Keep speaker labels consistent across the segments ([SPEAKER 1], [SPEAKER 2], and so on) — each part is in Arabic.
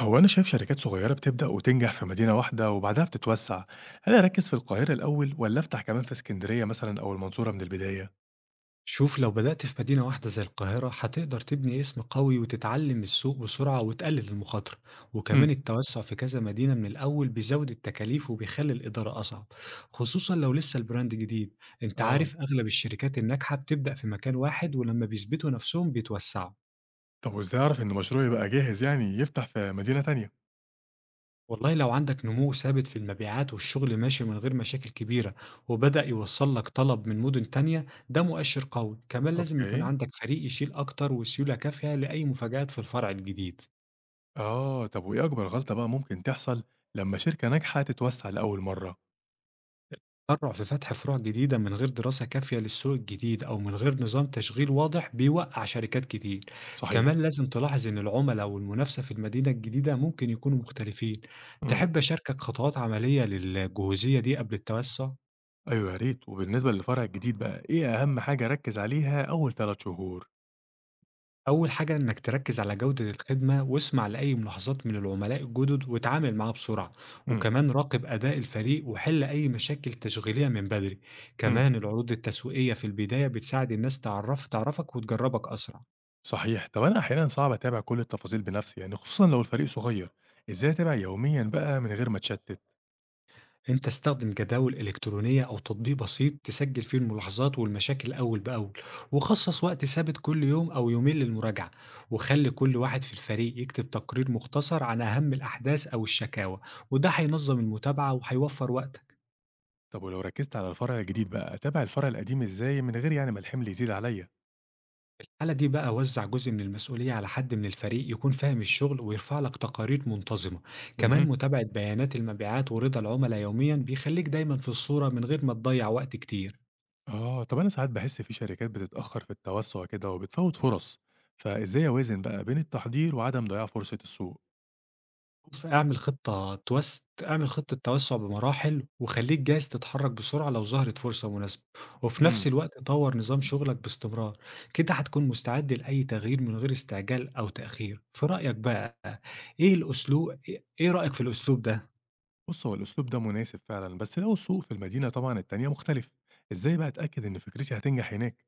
[SPEAKER 1] هو أنا شايف شركات صغيرة بتبدأ وتنجح في مدينة واحدة وبعدها بتتوسع، هل أركز في القاهرة الأول ولا أفتح كمان في اسكندرية مثلا أو المنصورة من البداية؟
[SPEAKER 2] شوف، لو بدأت في مدينة واحدة زي القاهرة هتقدر تبني اسم قوي وتتعلم السوق بسرعة وتقلل المخاطرة.
[SPEAKER 1] امم.
[SPEAKER 2] وكمان التوسع في كذا مدينة من الأول بيزود التكاليف وبيخلي الإدارة أصعب، خصوصا لو لسه البراند جديد. انت
[SPEAKER 1] آه،
[SPEAKER 2] عارف أغلب الشركات الناجحة بتبدأ في مكان واحد ولما بيثبتوا نفسهم بيتوسعوا.
[SPEAKER 1] طب وإزاي أعرف إن مشروعي بقى جاهز يعني يفتح في مدينة تانية؟
[SPEAKER 2] والله لو عندك نمو ثابت في المبيعات والشغل ماشي من غير مشاكل كبيرة وبدأ يوصل لك طلب من مدن تانية، ده مؤشر قوي. كمان لازم يكون
[SPEAKER 1] أوكي.
[SPEAKER 2] عندك فريق يشيل أكتر وسيولة كافية لأي مفاجآت في الفرع الجديد.
[SPEAKER 1] آه، طب وإيه أكبر غلطة بقى ممكن تحصل لما شركة ناجحة تتوسع لأول مرة؟
[SPEAKER 2] تسرع في فتح فروع جديدة من غير دراسة كافية للسوق الجديد أو من غير نظام تشغيل واضح بيوقع شركات كتير.
[SPEAKER 1] صحيح.
[SPEAKER 2] كمان لازم تلاحظ إن العملاء والمنافسة في المدينة الجديدة ممكن يكونوا مختلفين.
[SPEAKER 1] امم.
[SPEAKER 2] تحب أشاركك خطوات عملية للجهوزية دي قبل التوسع؟
[SPEAKER 1] أيوه يا ريت، وبالنسبة للفرع الجديد بقى إيه أهم حاجة أركز عليها أول ثلاث شهور؟
[SPEAKER 2] أول حاجة إنك تركز على جودة الخدمة واسمع لأي ملاحظات من العملاء الجدد وتعامل معاها بسرعة. وكمان راقب أداء الفريق وحل أي مشاكل تشغيلية من بدري.
[SPEAKER 1] امم.
[SPEAKER 2] كمان العروض التسويقية في البداية بتساعد الناس تعرف تعرفك وتجربك أسرع.
[SPEAKER 1] صحيح. طب أنا أحيانًا صعب أتابع كل التفاصيل بنفسي يعني خصوصًا لو الفريق صغير، إزاي أتابع يوميًا بقى من غير ما أتشتت؟
[SPEAKER 2] انت استخدم جداول الكترونيه او تطبيق بسيط تسجل فيه الملاحظات والمشاكل اول باول، وخصص وقت ثابت كل يوم او يومين للمراجعه، وخلي كل واحد في الفريق يكتب تقرير مختصر عن اهم الاحداث او الشكاوى. وده هينظم المتابعه وهيوفر وقتك.
[SPEAKER 1] طب ولو ركزت على الفرع الجديد بقى، أتابع الفرع القديم إزاي من غير يعني ما الحمل يزيد عليَّ؟
[SPEAKER 2] الحاله دي بقى وزع جزء من المسؤوليه على حد من الفريق يكون فاهم الشغل ويرفع لك تقارير منتظمه.
[SPEAKER 1] اهم.
[SPEAKER 2] كمان متابعه بيانات المبيعات ورضا العملاء يوميا بيخليك دايما في الصوره من غير ما تضيع وقت كتير.
[SPEAKER 1] آه، طب أنا ساعات باحس في شركات بتتأخر في التوسع كده وبتفوت فرص، فإزاي أوازن بقى بين التحضير وعدم ضياع فرصة السوق؟
[SPEAKER 2] بُص، اعمل خطة توسُّع بمراحل، وخلّيك جاهز تتحرّك بسرعة لو ظهرت فرصة مناسبة، وفي
[SPEAKER 1] امم.
[SPEAKER 2] نفس الوقت طوّر نظام شغلك باستمرار. كده هتكون مستعد لأي تغيير من غير استعجال أو تأخير. في رأيك بقى إيه الأسلو إ إيه رأيك في الأسلوب ده؟
[SPEAKER 1] بُص، هو الأسلوب ده مناسب فعلًا، بس لو السوق في المدينة طبعًا التانية مختلف، إزاي بقى أتأكد إن فكرتي هتنجح هناك؟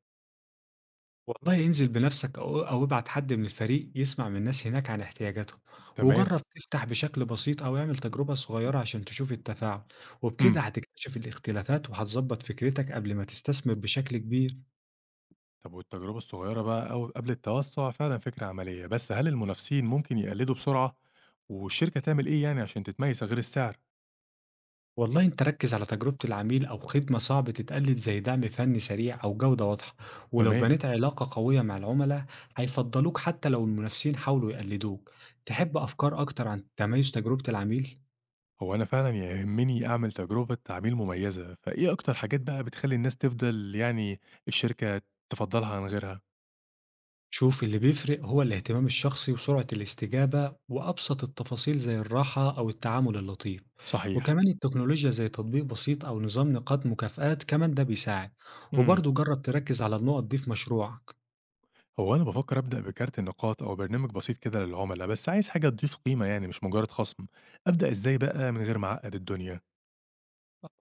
[SPEAKER 2] والله انزل بنفسك أو ابعت حد من الفريق يسمع من الناس هناك عن احتياجاتهم،
[SPEAKER 1] تمام.
[SPEAKER 2] وجرّب تفتح بشكل بسيط أو اعمل تجربة صغيرة عشان تشوف التفاعل،
[SPEAKER 1] امم.
[SPEAKER 2] وبكده هتكتشف الاختلافات وهتضبّط فكرتك قبل ما تستثمر بشكل كبير.
[SPEAKER 1] طب والتجربة الصغيرة بقى أو قبل التوسع فعلا فكرة عملية، بس هل المنافسين ممكن يقلدوا بسرعة والشركة تعمل إيه يعني عشان تتميز غير السعر؟
[SPEAKER 2] والله أنت ركز على تجربة العميل أو خدمة صعب تتقلد زي دعم فني سريع أو جودة واضحة. ولو
[SPEAKER 1] تمام.
[SPEAKER 2] بنيت علاقة قوية مع العملاء هيفضلوك حتى لو المنافسين حاولوا يقلدوك. تحب أفكار أكتر عن تميز تجربة العميل؟
[SPEAKER 1] هو أنا فعلا يهمني أعمل تجربة تعميل مميزة، فإيه أكتر حاجات بقى بتخلي الناس تفضل يعني الشركة تفضلها عن غيرها؟
[SPEAKER 2] شوف، اللي بيفرق هو الاهتمام الشخصي وسرعة الاستجابة وأبسط التفاصيل زي الراحة أو التعامل اللطيف.
[SPEAKER 1] صحيح.
[SPEAKER 2] وكمان التكنولوجيا زي تطبيق بسيط أو نظام نقاط مكافآت كمان ده بيساعد.
[SPEAKER 1] امم.
[SPEAKER 2] وبرضه جرب تركز على النقط دي في مشروعك.
[SPEAKER 1] هو أنا بفكر أبدأ بكارت النقاط أو برنامج بسيط كده للعملاء، بس عايز حاجة تضيف قيمة يعني مش مجرد خصم، أبدأ إزاي بقى من غير ما أعقد الدنيا؟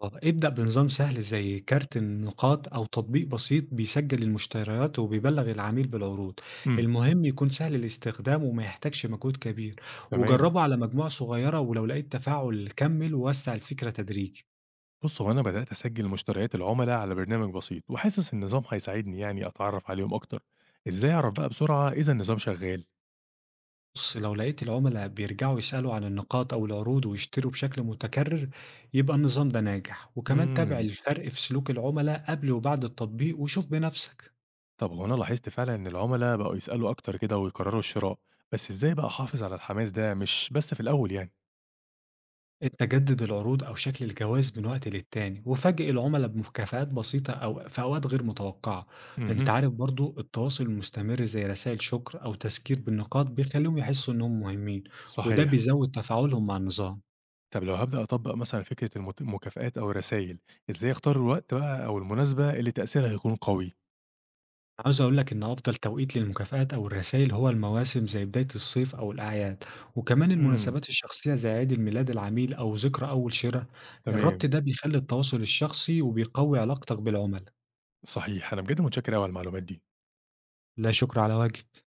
[SPEAKER 2] آه، ابدأ بنظام سهل زي كارت النقاط أو تطبيق بسيط بيسجل المشتريات وبيبلغ العميل بالعروض.
[SPEAKER 1] امم.
[SPEAKER 2] المهم يكون سهل الاستخدام وما يحتاجش مجهود كبير،
[SPEAKER 1] تمام.
[SPEAKER 2] وجربه على مجموعة صغيرة، ولو لقيت تفاعل كمل ووسع الفكرة تدريجي.
[SPEAKER 1] بُص، هو أنا بدأت أسجل مشتريات العملا على برنامج بسيط، وحاسس النظام هيساعدني يعني أتعرف عليهم أكتر. إزاي أعرف بقى بسرعة إذا النظام شغال؟
[SPEAKER 2] بص، لو لقيت العملاء بيرجعوا يسألوا عن النقاط أو العروض ويشتروا بشكل متكرر يبقى النظام ده ناجح. وكمان تابع
[SPEAKER 1] إمم.
[SPEAKER 2] الفرق في سلوك العملاء قبل وبعد التطبيق وشوف بنفسك.
[SPEAKER 1] طب هو أنا لاحظت فعلًا إن العملا بقوا يسألوا أكتر كده ويقرروا الشراء، بس إزاي بقى أحافظ على الحماس ده مش بس في الأول يعني؟
[SPEAKER 2] التجدد العروض أو شكل الجواز من وقت للتاني وفاجئ العملاء بمكافآت بسيطة أو في أوقات غير متوقعة. أنت
[SPEAKER 1] اهم.
[SPEAKER 2] عارف برضو التواصل المستمر زي رسائل شكر أو تذكير بالنقاط بيخليهم يحسوا إنهم مهمين، وده
[SPEAKER 1] صحيح.
[SPEAKER 2] بيزود تفاعلهم مع النظام.
[SPEAKER 1] طب لو هابدأ أطبق مثلًا فكرة المكافآت أو الرسايل، إزاي أختار الوقت بقى أو المناسبة اللي تأثيرها هيكون قوي؟
[SPEAKER 2] عاوز أقول لك إن أفضل توقيت للمكافآت أو الرسائل هو المواسم زي بداية الصيف أو الأعياد، وكمان
[SPEAKER 1] إمم.
[SPEAKER 2] المناسبات الشخصية زي عيد الميلاد العميل أو ذكرى أول شراء. الربط
[SPEAKER 1] تمام.
[SPEAKER 2] ده بيخلي التواصل الشخصي وبيقوي علاقتك بالعملاء.
[SPEAKER 1] صحيح. أنا بجد متشكر أوي على المعلومات دي.
[SPEAKER 2] لا شكر على وجه.